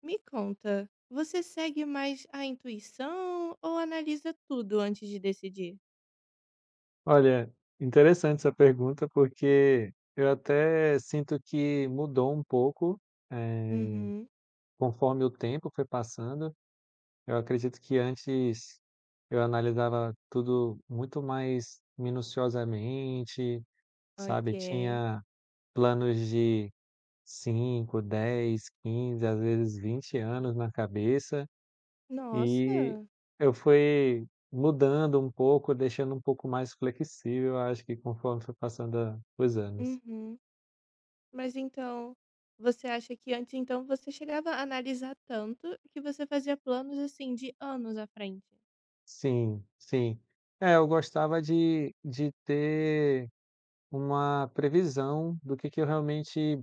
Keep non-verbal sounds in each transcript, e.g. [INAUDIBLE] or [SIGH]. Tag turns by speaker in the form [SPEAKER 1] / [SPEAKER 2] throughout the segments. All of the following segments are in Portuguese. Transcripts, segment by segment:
[SPEAKER 1] Me conta, você segue mais a intuição ou analisa tudo antes de decidir?
[SPEAKER 2] Olha, interessante essa pergunta, porque eu até sinto que mudou um pouco, eh,
[SPEAKER 1] Uhum,
[SPEAKER 2] conforme o tempo foi passando. Eu acredito que antes eu analisava tudo muito mais minuciosamente, sabe,
[SPEAKER 1] ok.
[SPEAKER 2] tinha planos de 5, 10, 15, às vezes 20 anos na cabeça. E
[SPEAKER 1] Nossa!
[SPEAKER 2] eu fui mudando um pouco, deixando um pouco mais flexível, acho que conforme foi passando a os anos.
[SPEAKER 1] Uhum. Mas então, você acha que antes então você chegava a analisar tanto que você fazia planos assim de anos à frente?
[SPEAKER 2] Sim, sim. É, eu gostava de ter uma previsão do que eu realmente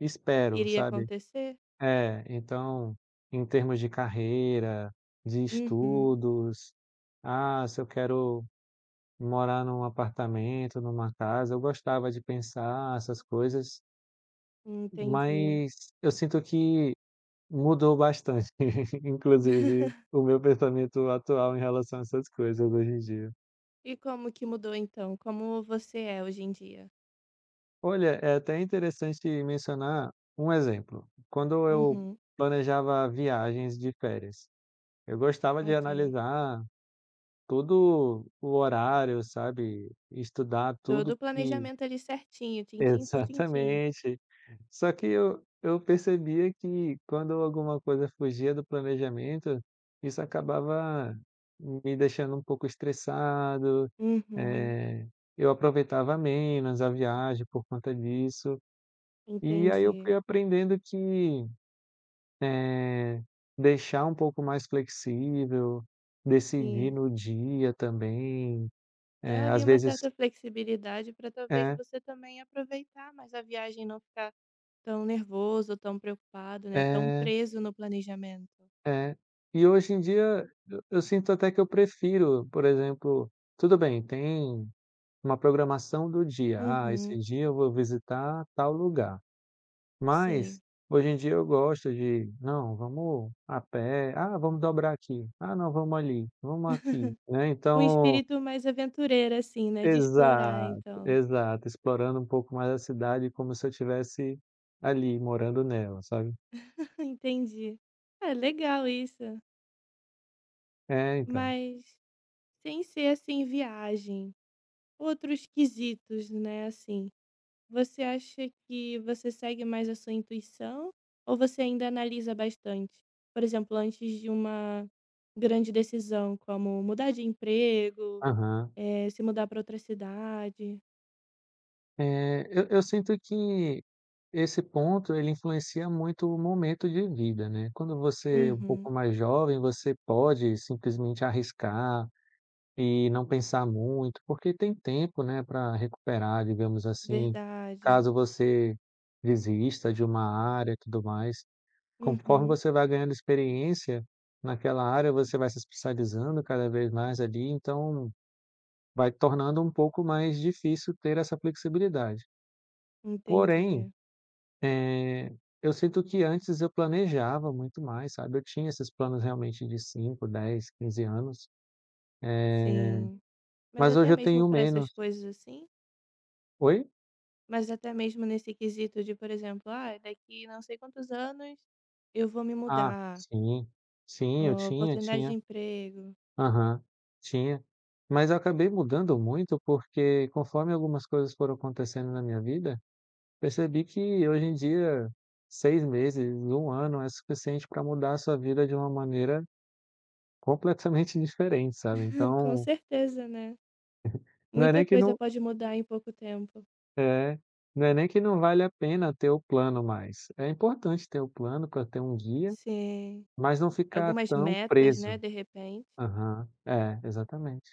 [SPEAKER 2] espero,
[SPEAKER 1] Iria
[SPEAKER 2] sabe.
[SPEAKER 1] acontecer?
[SPEAKER 2] É, então, em termos de carreira, de
[SPEAKER 1] Uhum,
[SPEAKER 2] estudos, ah, se eu quero morar num apartamento, numa casa, eu gostava de pensar essas coisas.
[SPEAKER 1] entendi.
[SPEAKER 2] Mas eu sinto que mudou bastante, [LAUGHS] inclusive o
[SPEAKER 1] [LAUGHS]
[SPEAKER 2] meu pensamento atual em relação a essas coisas hoje em dia.
[SPEAKER 1] E como que mudou então? Como você é hoje em dia?
[SPEAKER 2] Olha, é até interessante mencionar um exemplo. Quando eu
[SPEAKER 1] Uhum,
[SPEAKER 2] planejava viagens de férias, eu gostava de
[SPEAKER 1] ok.
[SPEAKER 2] analisar todo o horário, sabe, estudar
[SPEAKER 1] Todo
[SPEAKER 2] tudo
[SPEAKER 1] o
[SPEAKER 2] que.
[SPEAKER 1] planejamento ali certinho,
[SPEAKER 2] [LAUGHS]
[SPEAKER 1] tintim por tintim.
[SPEAKER 2] Exatamente. Só que eu percebia que quando alguma coisa fugia do planejamento, isso acabava me deixando um pouco estressado,
[SPEAKER 1] Uhum,
[SPEAKER 2] eh, eu aproveitava menos a viagem por conta disso. E aí eu fui
[SPEAKER 1] entendi.
[SPEAKER 2] aprendendo que, eh, deixar um pouco mais flexível, decidir
[SPEAKER 1] Sim,
[SPEAKER 2] no dia também,
[SPEAKER 1] dá ali
[SPEAKER 2] às
[SPEAKER 1] uma
[SPEAKER 2] vezes
[SPEAKER 1] certa flexibilidade para talvez
[SPEAKER 2] é,
[SPEAKER 1] você também aproveitar mais a viagem e não ficar tão nervoso, tão preocupado, né, tão
[SPEAKER 2] é.
[SPEAKER 1] preso no planejamento.
[SPEAKER 2] É. E hoje em dia eu sinto até que eu prefiro, por exemplo, tudo bem, tem uma programação do dia, "ah, esse
[SPEAKER 1] Uhum,
[SPEAKER 2] dia eu vou visitar tal lugar", mas
[SPEAKER 1] sim.
[SPEAKER 2] hoje em dia eu gosto de: "Não, vamos a pé, ah, vamos dobrar aqui, ah, não, vamos ali, vamos aqui", né,
[SPEAKER 1] Um
[SPEAKER 2] então
[SPEAKER 1] espírito mais aventureiro assim, né, de explorar
[SPEAKER 2] exato,
[SPEAKER 1] então.
[SPEAKER 2] exato, explorando um pouco mais a cidade como se eu tivesse ali morando nela, sabe.
[SPEAKER 1] [LAUGHS] Entendi. É legal isso,
[SPEAKER 2] É, então.
[SPEAKER 1] mas sem ser assim viagem, outros quesitos, né, assim. Você acha que você segue mais a sua intuição ou você ainda analisa bastante? Por exemplo, antes de uma grande decisão, como mudar de emprego,
[SPEAKER 2] Aham.
[SPEAKER 1] se mudar para outra cidade.
[SPEAKER 2] Eu sinto que esse ponto ele influencia muito o momento de vida, né. Quando você é um pouco
[SPEAKER 1] Uhum,
[SPEAKER 2] mais jovem, você pode simplesmente arriscar e não pensar muito, porque tem tempo, né, para recuperar, digamos assim,
[SPEAKER 1] verdade.
[SPEAKER 2] caso você desista de uma área e tudo mais. Conforme
[SPEAKER 1] Uhum,
[SPEAKER 2] você vai ganhando experiência naquela área, você vai se especializando cada vez mais ali, então vai tornando um pouco mais difícil ter essa flexibilidade. Porém,
[SPEAKER 1] entendi.
[SPEAKER 2] eu sinto que antes eu planejava muito mais, sabe, eu tinha esses planos realmente de 5, 10, 15 anos,
[SPEAKER 1] Sim. Mas
[SPEAKER 2] mas hoje
[SPEAKER 1] até
[SPEAKER 2] eu
[SPEAKER 1] mesmo
[SPEAKER 2] tenho
[SPEAKER 1] para essas
[SPEAKER 2] menos.
[SPEAKER 1] coisas assim,
[SPEAKER 2] Oi?
[SPEAKER 1] mas até mesmo nesse quesito de, por exemplo, ah, daqui não sei quantos anos eu vou me
[SPEAKER 2] Ah,
[SPEAKER 1] mudar,
[SPEAKER 2] sim, sim, eu
[SPEAKER 1] ó,
[SPEAKER 2] tinha,
[SPEAKER 1] oportunidade de
[SPEAKER 2] tinha.
[SPEAKER 1] emprego.
[SPEAKER 2] Aham, tinha. Mas eu acabei mudando muito, porque conforme algumas coisas foram acontecendo na minha vida, percebi que hoje em dia 6 meses, um ano é suficiente para mudar a sua vida de uma maneira completamente [LAUGHS] diferente, sabe.
[SPEAKER 1] [LAUGHS] Com
[SPEAKER 2] Então,
[SPEAKER 1] certeza, né?
[SPEAKER 2] não é
[SPEAKER 1] Muita
[SPEAKER 2] nem que
[SPEAKER 1] coisa
[SPEAKER 2] não.
[SPEAKER 1] pode mudar em pouco tempo.
[SPEAKER 2] É, não é nem que não vale a pena ter o plano mais, é importante ter o plano para ter um guia,
[SPEAKER 1] Sim.
[SPEAKER 2] mas não ficar
[SPEAKER 1] Algumas
[SPEAKER 2] tão
[SPEAKER 1] metas, né,
[SPEAKER 2] preso.
[SPEAKER 1] de repente.
[SPEAKER 2] Aham, é, exatamente.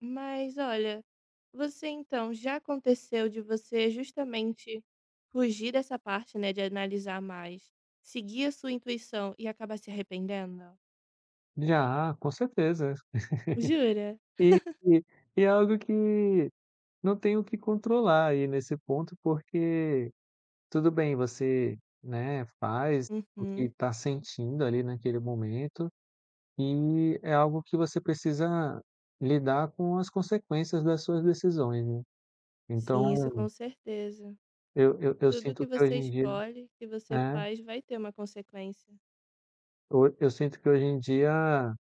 [SPEAKER 1] Mas olha, você então, já aconteceu de você justamente fugir dessa parte, né, de analisar mais, seguir a sua intuição e acabar se arrependendo?
[SPEAKER 2] Já, com certeza.
[SPEAKER 1] Jura?
[SPEAKER 2] [LAUGHS] E e e é algo que não tenho que controlar aí nesse ponto, porque tudo bem, você, né, faz o que
[SPEAKER 1] Uhum.
[SPEAKER 2] está sentindo ali naquele momento, e é algo que você precisa lidar com as consequências das suas decisões, né. Então
[SPEAKER 1] Sim, isso com certeza.
[SPEAKER 2] Eu
[SPEAKER 1] Tudo
[SPEAKER 2] sinto
[SPEAKER 1] que
[SPEAKER 2] que hoje
[SPEAKER 1] você
[SPEAKER 2] em dia
[SPEAKER 1] escolhe, que você
[SPEAKER 2] é,
[SPEAKER 1] faz, vai ter uma consequência.
[SPEAKER 2] ho eu sinto que hoje em dia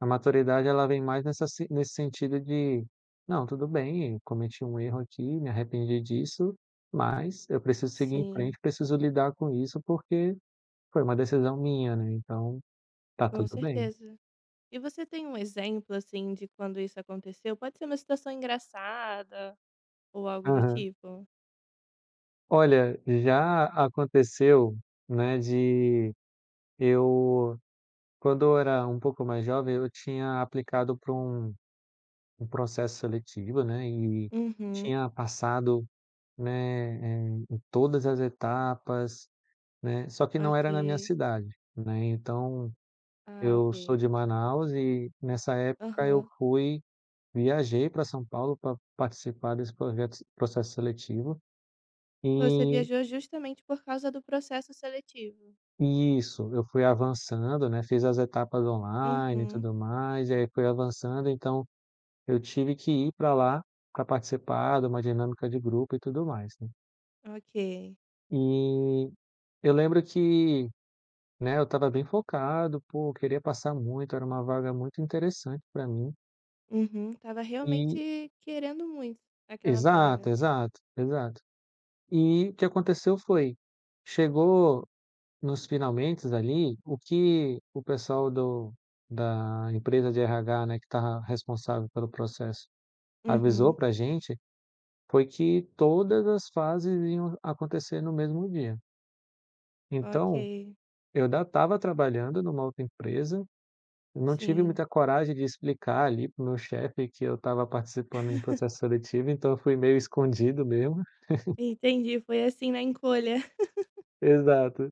[SPEAKER 2] a maturidade ela vem mais nessa se nesse sentido de: "Não, tudo bem, eu cometi um erro aqui, me arrependi disso, mas eu preciso seguir em
[SPEAKER 1] Sim,
[SPEAKER 2] frente, preciso lidar com isso, porque foi uma decisão minha, né, então tá
[SPEAKER 1] com
[SPEAKER 2] tudo bem".
[SPEAKER 1] certeza. E você tem um exemplo, assim, de quando isso aconteceu? Pode ser uma situação engraçada ou algo do
[SPEAKER 2] Aham.
[SPEAKER 1] tipo?
[SPEAKER 2] Olha, já aconteceu, né, de eu quando eu era um pouco mais jovem, eu tinha aplicado para um processo seletivo, né, e
[SPEAKER 1] Uhum.
[SPEAKER 2] tinha passado, né, em todas as etapas, né, só que não era na minha
[SPEAKER 1] Ok.
[SPEAKER 2] cidade, né, então
[SPEAKER 1] Ah,
[SPEAKER 2] eu
[SPEAKER 1] ok.
[SPEAKER 2] sou de Manaus e nessa época eu
[SPEAKER 1] Aham.
[SPEAKER 2] fui viajei para São Paulo para participar desse projeto processo seletivo,
[SPEAKER 1] Você
[SPEAKER 2] e
[SPEAKER 1] viajou justamente por causa do processo seletivo?
[SPEAKER 2] e isso, eu fui avançando, né, fiz as etapas online e
[SPEAKER 1] Uhum.
[SPEAKER 2] tudo mais, e aí fui avançando, então eu tive que ir para lá para participar de uma dinâmica de grupo e tudo mais.
[SPEAKER 1] Ok.
[SPEAKER 2] E eu lembro que, né, eu estava bem focado, pô, eu queria passar muito, era uma vaga muito interessante para mim
[SPEAKER 1] Uhum. Estava
[SPEAKER 2] e
[SPEAKER 1] realmente querendo muito aquela
[SPEAKER 2] exato,
[SPEAKER 1] vaga.
[SPEAKER 2] exato, exato. E o que aconteceu foi, chegou nos finalmentes ali, o que o pessoal do da empresa de RH, né, que estava responsável pelo processo, avisou
[SPEAKER 1] Uhum.
[SPEAKER 2] pra gente, foi que todas as fases iam acontecer no mesmo dia. Então,
[SPEAKER 1] Ok.
[SPEAKER 2] eu já estava trabalhando numa outra empresa. Eu não tive
[SPEAKER 1] Sim.
[SPEAKER 2] muita coragem de explicar ali pro meu chefe que eu estava participando em
[SPEAKER 1] [LAUGHS]
[SPEAKER 2] processo seletivo, então eu fui meio escondido mesmo. [LAUGHS]
[SPEAKER 1] Entendi. Foi assim na encolha. [LAUGHS]
[SPEAKER 2] Exato.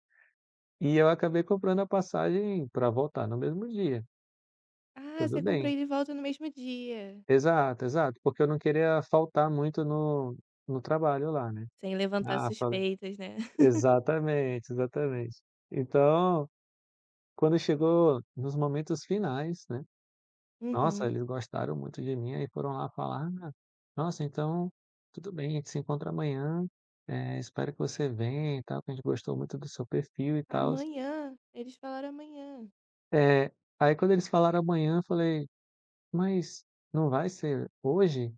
[SPEAKER 2] E eu acabei comprando a passagem para voltar no mesmo dia.
[SPEAKER 1] Ah, você
[SPEAKER 2] Tudo
[SPEAKER 1] comprou
[SPEAKER 2] bem.
[SPEAKER 1] ele de volta no mesmo dia.
[SPEAKER 2] Exato, exato, porque eu não queria faltar muito no trabalho lá, né.
[SPEAKER 1] Sem levantar
[SPEAKER 2] Ah, falei
[SPEAKER 1] suspeitas, né? [LAUGHS]
[SPEAKER 2] exatamente, exatamente. Então, quando chegou nos momentos finais, né. Nossa,
[SPEAKER 1] Uhum.
[SPEAKER 2] eles gostaram muito de mim, aí foram lá falar: "Ah, nossa, então tudo bem, a gente se encontra amanhã, espero que você venha e tal, que a gente gostou muito do seu perfil e tals".
[SPEAKER 1] Amanhã? Eles falaram amanhã.
[SPEAKER 2] Eh, Aí quando eles falaram amanhã, eu falei: "Mas não vai ser hoje?".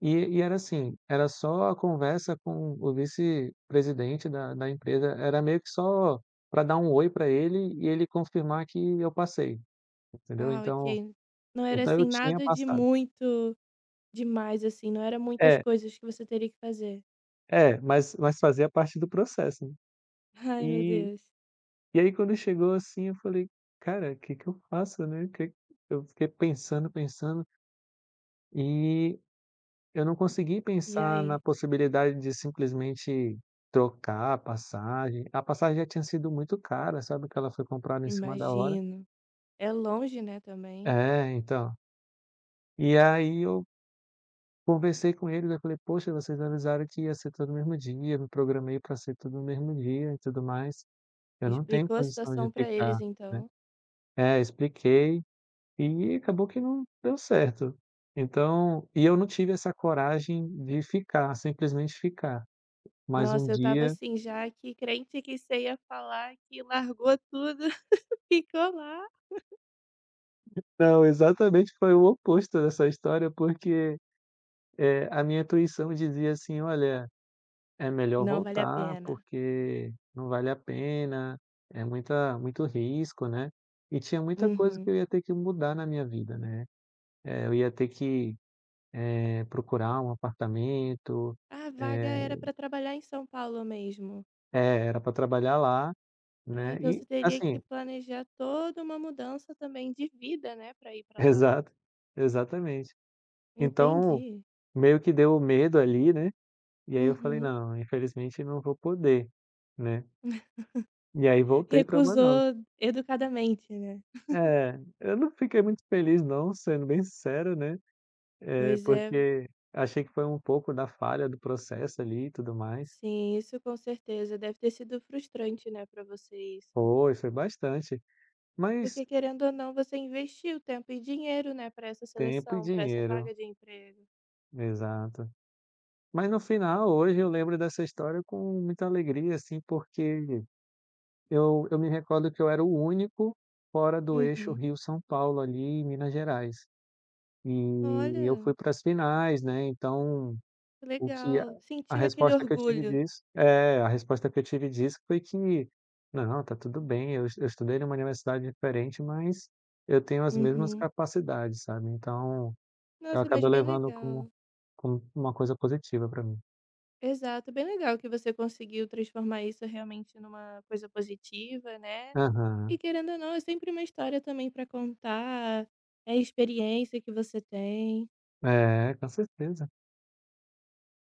[SPEAKER 2] E e era assim, era só a conversa com o vice-presidente da empresa, era meio que só pra dar um oi pra ele e ele confirmar que eu passei, entendeu?
[SPEAKER 1] Ah,
[SPEAKER 2] Então
[SPEAKER 1] ok. Não era,
[SPEAKER 2] então
[SPEAKER 1] assim,
[SPEAKER 2] eu tinha
[SPEAKER 1] nada de
[SPEAKER 2] passado.
[SPEAKER 1] muito demais, assim, não era muitas
[SPEAKER 2] É.
[SPEAKER 1] coisas que você teria que fazer.
[SPEAKER 2] É, mas fazia parte do processo, né.
[SPEAKER 1] Ai, meu
[SPEAKER 2] E
[SPEAKER 1] Deus.
[SPEAKER 2] e aí quando chegou assim eu falei: "Cara, o que que eu faço, né, que" eu fiquei pensando, pensando, e eu não consegui
[SPEAKER 1] E
[SPEAKER 2] pensar na
[SPEAKER 1] aí?
[SPEAKER 2] possibilidade de simplesmente trocar a passagem. A passagem já tinha sido muito cara, sabe, que ela foi comprada em cima da hora.
[SPEAKER 1] Imagino. É longe, né, também.
[SPEAKER 2] É, então. E aí eu conversei com eles, eu falei: "Poxa, vocês avisaram que ia ser todo no mesmo dia, eu me programei para ser tudo no mesmo dia e tudo mais. Eu não tenho
[SPEAKER 1] Explicou a
[SPEAKER 2] condição de
[SPEAKER 1] situação pra
[SPEAKER 2] ficar".
[SPEAKER 1] eles, então.
[SPEAKER 2] É, expliquei e acabou que não deu certo. Então, e eu não tive essa coragem de ficar, simplesmente ficar. Mas um
[SPEAKER 1] Nossa, eu tava
[SPEAKER 2] dia
[SPEAKER 1] assim, já que crente que você ia falar que largou tudo, [LAUGHS] ficou lá.
[SPEAKER 2] não, exatamente foi o oposto dessa história, porque, a minha intuição dizia assim: "Olha, é melhor
[SPEAKER 1] Não vale a
[SPEAKER 2] voltar,
[SPEAKER 1] pena.
[SPEAKER 2] porque não vale a pena, é muita muito risco, né". E tinha muita coisa que
[SPEAKER 1] Uhum.
[SPEAKER 2] eu ia ter que mudar na minha vida, né. Eu ia ter que, procurar um apartamento,
[SPEAKER 1] A vaga
[SPEAKER 2] eh,
[SPEAKER 1] era pra trabalhar em São Paulo mesmo.
[SPEAKER 2] é, era para trabalhar lá,
[SPEAKER 1] Ah,
[SPEAKER 2] né,
[SPEAKER 1] então você
[SPEAKER 2] e
[SPEAKER 1] teria que
[SPEAKER 2] assim
[SPEAKER 1] planejar toda uma mudança também de vida, né, para ir
[SPEAKER 2] [LAUGHS]
[SPEAKER 1] para lá.
[SPEAKER 2] exato, exatamente. Então,
[SPEAKER 1] Entendi.
[SPEAKER 2] meio que deu medo ali, né, e aí eu falei:
[SPEAKER 1] Uhum.
[SPEAKER 2] "Não, infelizmente não vou poder", né, e aí voltei para Manaus.
[SPEAKER 1] Recusou educadamente, né.
[SPEAKER 2] É, eu não fiquei muito feliz não, sendo bem sincero, né,
[SPEAKER 1] Pois é.
[SPEAKER 2] porque achei que foi um pouco da falha do processo ali e tudo mais.
[SPEAKER 1] Sim, isso com certeza. Deve ter sido frustrante, né, para você isso.
[SPEAKER 2] Foi, foi bastante, mas
[SPEAKER 1] Porque querendo ou não, você investiu tempo e dinheiro, né, para essa
[SPEAKER 2] tempo e
[SPEAKER 1] seleção, para essa
[SPEAKER 2] dinheiro.
[SPEAKER 1] vaga de emprego.
[SPEAKER 2] Exato. Mas no final, hoje eu lembro dessa história com muita alegria, assim, porque eu me recordo que eu era o único fora do eixo
[SPEAKER 1] Uhum.
[SPEAKER 2] Rio-São Paulo, ali, em Minas Gerais. E eu
[SPEAKER 1] Olha,
[SPEAKER 2] fui para as finais, né, então
[SPEAKER 1] que
[SPEAKER 2] o que a
[SPEAKER 1] legal.
[SPEAKER 2] a
[SPEAKER 1] Sentiu aquele
[SPEAKER 2] resposta que eu tive
[SPEAKER 1] orgulho.
[SPEAKER 2] disso é, a resposta que eu tive disso foi que: "Não, tá tudo bem, eu estudei numa universidade diferente, mas eu tenho as mesmas
[SPEAKER 1] Uhum.
[SPEAKER 2] capacidades", sabe. Então, eu
[SPEAKER 1] Nossa, mas
[SPEAKER 2] acabei
[SPEAKER 1] bem
[SPEAKER 2] levando como
[SPEAKER 1] legal.
[SPEAKER 2] uma coisa positiva para mim.
[SPEAKER 1] Exato, bem legal que você conseguiu transformar isso realmente numa coisa positiva, né? E
[SPEAKER 2] Aham.
[SPEAKER 1] querendo ou não, é sempre uma história também para contar, é a experiência que você tem.
[SPEAKER 2] É, com certeza.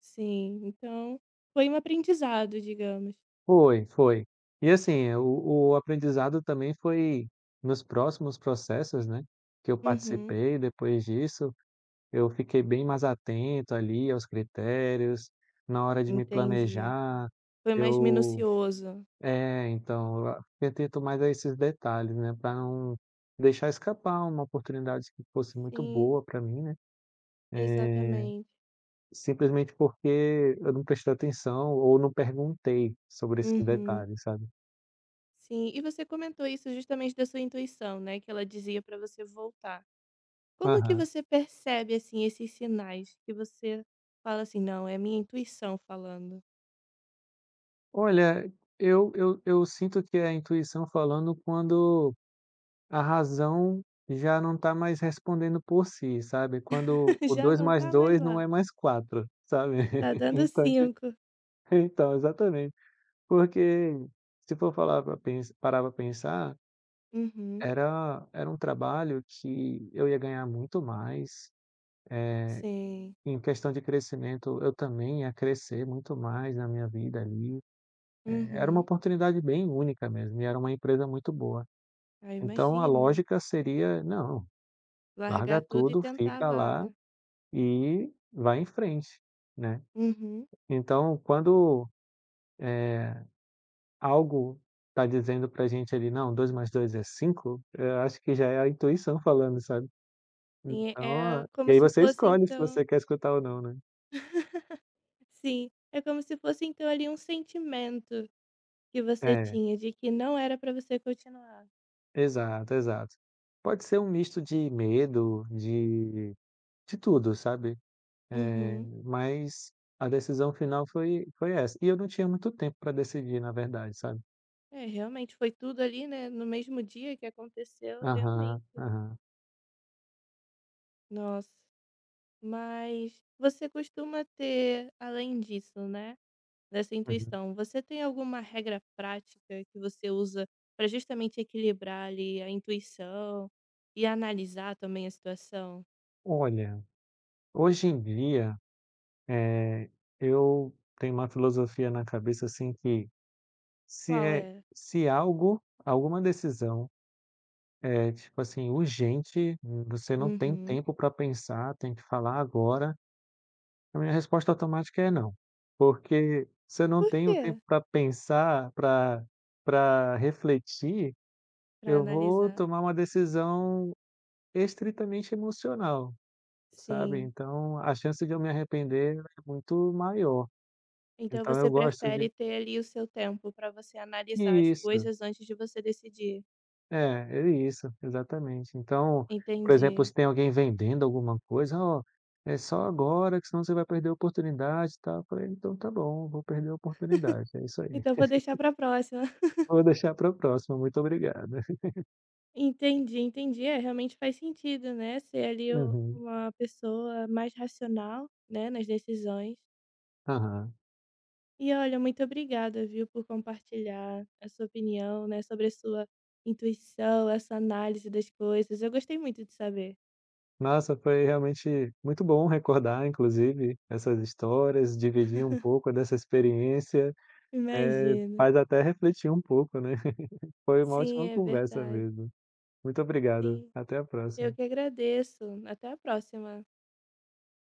[SPEAKER 1] Sim, então foi um aprendizado, digamos.
[SPEAKER 2] Foi, foi. E assim, o aprendizado também foi nos próximos processos, né, que eu
[SPEAKER 1] Uhum,
[SPEAKER 2] participei depois disso, eu fiquei bem mais atento ali aos critérios, na hora de me
[SPEAKER 1] entendi.
[SPEAKER 2] planejar,
[SPEAKER 1] Foi mais
[SPEAKER 2] eu
[SPEAKER 1] minucioso.
[SPEAKER 2] eu atento mais a esses detalhes, né, para não deixar escapar uma oportunidade que fosse muito
[SPEAKER 1] Sim,
[SPEAKER 2] boa para mim, né. Eh
[SPEAKER 1] exatamente.
[SPEAKER 2] Simplesmente porque eu não prestei atenção ou não perguntei sobre esses
[SPEAKER 1] Uhum,
[SPEAKER 2] detalhes, sabe.
[SPEAKER 1] sim. E você comentou isso justamente da sua intuição, né? Que ela dizia para você voltar. Como que
[SPEAKER 2] Aham.
[SPEAKER 1] você percebe, assim, esses sinais que você fala assim: "Não, é minha intuição falando.
[SPEAKER 2] Olha, eu sinto que é a intuição falando quando a razão já não está mais respondendo por si, sabe. Quando
[SPEAKER 1] [LAUGHS]
[SPEAKER 2] o
[SPEAKER 1] Já
[SPEAKER 2] 2
[SPEAKER 1] não
[SPEAKER 2] mais
[SPEAKER 1] tá mais
[SPEAKER 2] 2 não
[SPEAKER 1] lá.
[SPEAKER 2] é mais quatro, sabe.
[SPEAKER 1] Tá
[SPEAKER 2] [LAUGHS]
[SPEAKER 1] dando
[SPEAKER 2] Então ti
[SPEAKER 1] cinco.
[SPEAKER 2] então, exatamente. Porque se for falar pra pens parar para pensar,
[SPEAKER 1] Uhum.
[SPEAKER 2] era um trabalho que eu ia ganhar muito mais.
[SPEAKER 1] Sim.
[SPEAKER 2] Em questão de crescimento, eu também ia crescer muito mais na minha vida ali. Era uma
[SPEAKER 1] Uhum.
[SPEAKER 2] oportunidade bem única mesmo e era uma empresa muito boa.
[SPEAKER 1] Ah,
[SPEAKER 2] Então a
[SPEAKER 1] imagino.
[SPEAKER 2] lógica seria: "Não, larga
[SPEAKER 1] Largar tudo e
[SPEAKER 2] tudo,
[SPEAKER 1] tentar a
[SPEAKER 2] fica lá
[SPEAKER 1] vaga.
[SPEAKER 2] e vai em frente", né.
[SPEAKER 1] Uhum.
[SPEAKER 2] Então quando, eh, algo está dizendo pra gente ali: "Não, 2 mais 2 é cinco", eu acho que já é a intuição falando, sabe.
[SPEAKER 1] Sim,
[SPEAKER 2] Então, ah,
[SPEAKER 1] é
[SPEAKER 2] e
[SPEAKER 1] como
[SPEAKER 2] aí
[SPEAKER 1] se
[SPEAKER 2] você
[SPEAKER 1] fosse
[SPEAKER 2] escolhe se
[SPEAKER 1] então
[SPEAKER 2] você quer escutar ou não, né.
[SPEAKER 1] [LAUGHS] Sim, é como se fosse então ali um sentimento que você
[SPEAKER 2] É.
[SPEAKER 1] tinha de que não era pra você continuar.
[SPEAKER 2] Exato, exato. Pode ser um misto de medo, de tudo, sabe.
[SPEAKER 1] Uhum.
[SPEAKER 2] Mas a decisão final foi essa. E eu não tinha muito tempo para decidir, na verdade, sabe.
[SPEAKER 1] É, realmente foi tudo ali, né, no mesmo dia que aconteceu, realmente.
[SPEAKER 2] Aham, aham,
[SPEAKER 1] Nossa. Mas você costuma ter, além disso, né, dessa
[SPEAKER 2] uhum.
[SPEAKER 1] intuição, você tem alguma regra prática que você usa para justamente equilibrar ali a intuição e analisar também a situação?
[SPEAKER 2] Olha, hoje em dia, eh, eu tenho uma filosofia na cabeça, assim, que se
[SPEAKER 1] Qual
[SPEAKER 2] é
[SPEAKER 1] é?
[SPEAKER 2] se algo alguma decisão é, tipo assim, urgente, você não tem
[SPEAKER 1] Uhum.
[SPEAKER 2] tempo para pensar, tem que falar agora. A minha resposta automática é não, porque se eu não
[SPEAKER 1] Por
[SPEAKER 2] tenho
[SPEAKER 1] quê?
[SPEAKER 2] tempo para pensar, para refletir,
[SPEAKER 1] Para
[SPEAKER 2] eu vou
[SPEAKER 1] analisar.
[SPEAKER 2] tomar uma decisão estritamente emocional, sabe.
[SPEAKER 1] Sim.
[SPEAKER 2] Então a chance de eu me arrepender é muito maior.
[SPEAKER 1] Então
[SPEAKER 2] Então eu
[SPEAKER 1] você
[SPEAKER 2] gosto de
[SPEAKER 1] prefere ter ali o seu tempo para você analisar as
[SPEAKER 2] isso,
[SPEAKER 1] coisas antes de você decidir.
[SPEAKER 2] é, é isso, exatamente. Então, por exemplo,
[SPEAKER 1] Entendi.
[SPEAKER 2] se tem alguém vendendo alguma coisa: "Ó, é só agora que senão você vai perder a oportunidade e tal", eu falei: "Então tá bom, vou perder a oportunidade", é isso aí.
[SPEAKER 1] Então vou deixar para próxima. [LAUGHS]
[SPEAKER 2] Vou deixar para a próxima, muito obrigado.
[SPEAKER 1] Entendi, entendi. É, realmente faz sentido, né, ser ali u
[SPEAKER 2] Uhum,
[SPEAKER 1] uma pessoa mais racional, né, nas decisões.
[SPEAKER 2] aham.
[SPEAKER 1] E olha, muito obrigada, viu, por compartilhar a sua opinião, né, sobre a sua intuição, essa análise das coisas. Eu gostei muito de saber.
[SPEAKER 2] Nossa, foi realmente muito bom recordar, inclusive, essas histórias, dividir um pouco dessa experiência,
[SPEAKER 1] Imagino.
[SPEAKER 2] faz até refletir um pouco, né. [LAUGHS] Foi uma
[SPEAKER 1] Sim,
[SPEAKER 2] ótima
[SPEAKER 1] é
[SPEAKER 2] conversa
[SPEAKER 1] verdade.
[SPEAKER 2] mesmo. Muito obrigado,
[SPEAKER 1] Sim.
[SPEAKER 2] até a próxima.
[SPEAKER 1] Eu que agradeço. Até a próxima.